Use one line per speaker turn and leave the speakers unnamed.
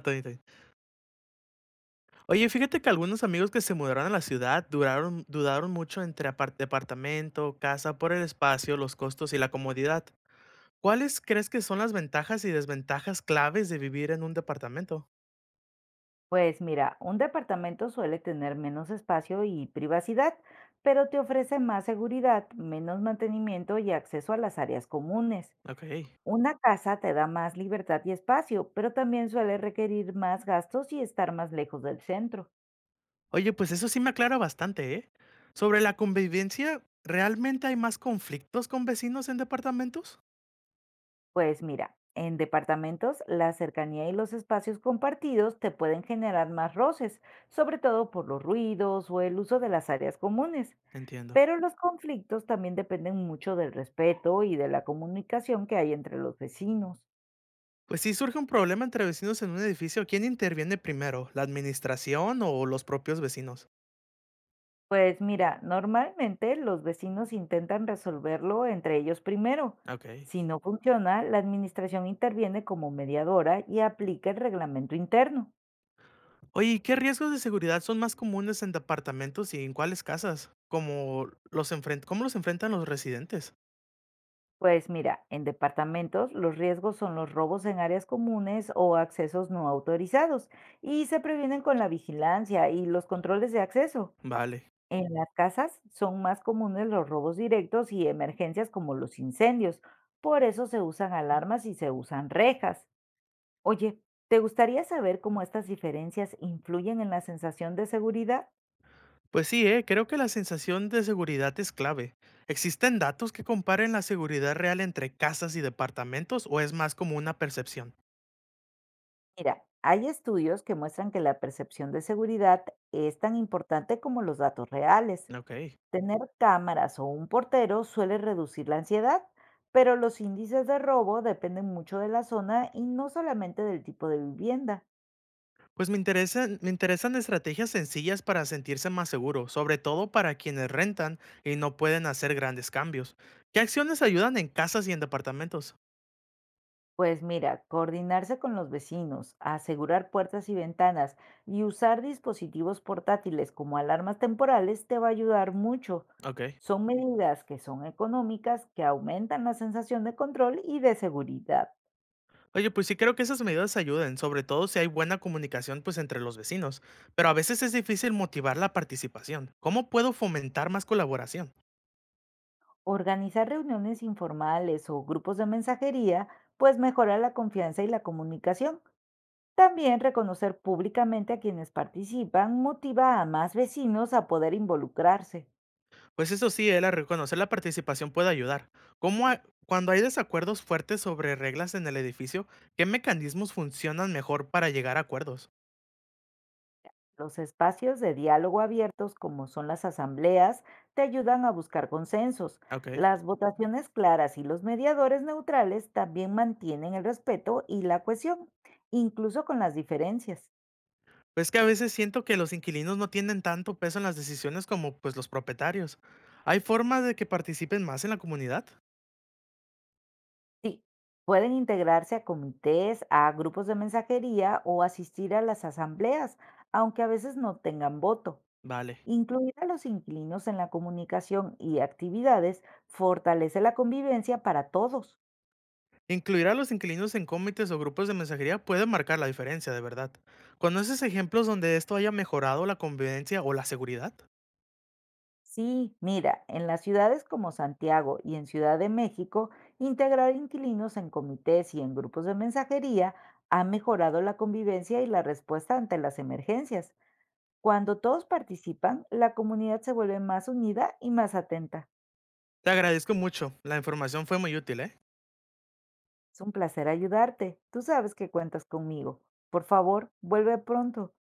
Está bien, está bien. Oye, fíjate que algunos amigos que se mudaron a la ciudad dudaron mucho entre departamento, casa, por el espacio, los costos y la comodidad. ¿Cuáles crees que son las ventajas y desventajas claves de vivir en un departamento?
Pues mira, un departamento suele tener menos espacio y privacidad, pero te ofrece más seguridad, menos mantenimiento y acceso a las áreas comunes.
Ok.
Una casa te da más libertad y espacio, pero también suele requerir más gastos y estar más lejos del centro.
Oye, pues eso sí me aclara bastante, ¿eh? Sobre la convivencia, ¿realmente hay más conflictos con vecinos en departamentos?
Pues mira, en departamentos la cercanía y los espacios compartidos te pueden generar más roces, sobre todo por los ruidos o el uso de las áreas comunes.
Entiendo.
Pero los conflictos también dependen mucho del respeto y de la comunicación que hay entre los vecinos.
Pues si surge un problema entre vecinos en un edificio, ¿quién interviene primero? ¿La administración o los propios vecinos?
Pues mira, normalmente los vecinos intentan resolverlo entre ellos primero.
Ok.
Si no funciona, la administración interviene como mediadora y aplica el reglamento interno.
Oye, ¿y qué riesgos de seguridad son más comunes en departamentos y en cuáles casas? Cómo los enfrentan los residentes?
Pues mira, en departamentos los riesgos son los robos en áreas comunes o accesos no autorizados y se previenen con la vigilancia y los controles de acceso.
Vale.
En las casas son más comunes los robos directos y emergencias como los incendios. Por eso se usan alarmas y se usan rejas. Oye, ¿te gustaría saber cómo estas diferencias influyen en la sensación de seguridad?
Pues sí, creo que la sensación de seguridad es clave. ¿Existen datos que comparen la seguridad real entre casas y departamentos o es más como una percepción?
Mira, hay estudios que muestran que la percepción de seguridad es tan importante como los datos reales.
Ok.
Tener cámaras o un portero suele reducir la ansiedad, pero los índices de robo dependen mucho de la zona y no solamente del tipo de vivienda.
Pues me interesan estrategias sencillas para sentirse más seguro, sobre todo para quienes rentan y no pueden hacer grandes cambios. ¿Qué acciones ayudan en casas y en departamentos?
Pues mira, coordinarse con los vecinos, asegurar puertas y ventanas y usar dispositivos portátiles como alarmas temporales te va a ayudar mucho.
Ok.
Son medidas que son económicas, que aumentan la sensación de control y de seguridad.
Oye, pues sí creo que esas medidas ayuden, sobre todo si hay buena comunicación pues entre los vecinos, pero a veces es difícil motivar la participación. ¿Cómo puedo fomentar más colaboración?
Organizar reuniones informales o grupos de mensajería, pues mejora la confianza y la comunicación. También reconocer públicamente a quienes participan motiva a más vecinos a poder involucrarse.
Pues eso sí, el reconocer la participación puede ayudar. Cuando hay desacuerdos fuertes sobre reglas en el edificio, qué mecanismos funcionan mejor para llegar a acuerdos?
Los espacios de diálogo abiertos, como son las asambleas, te ayudan a buscar consensos.
Ok.
Las votaciones claras y los mediadores neutrales también mantienen el respeto y la cohesión, incluso con las diferencias.
Pues que a veces siento que los inquilinos no tienen tanto peso en las decisiones como pues los propietarios. ¿Hay formas de que participen más en la comunidad?
Sí, pueden integrarse a comités, a grupos de mensajería o asistir a las asambleas, aunque a veces no tengan voto.
Vale.
Incluir a los inquilinos en la comunicación y actividades fortalece la convivencia para todos.
Incluir a los inquilinos en comités o grupos de mensajería puede marcar la diferencia, de verdad. ¿Conoces ejemplos donde esto haya mejorado la convivencia o la seguridad?
Sí, mira, en las ciudades como Santiago y en Ciudad de México, integrar inquilinos en comités y en grupos de mensajería ha mejorado la convivencia y la respuesta ante las emergencias. Cuando todos participan, la comunidad se vuelve más unida y más atenta.
Te agradezco mucho, la información fue muy útil, ¿eh?
Es un placer ayudarte. Tú sabes que cuentas conmigo. Por favor, vuelve pronto.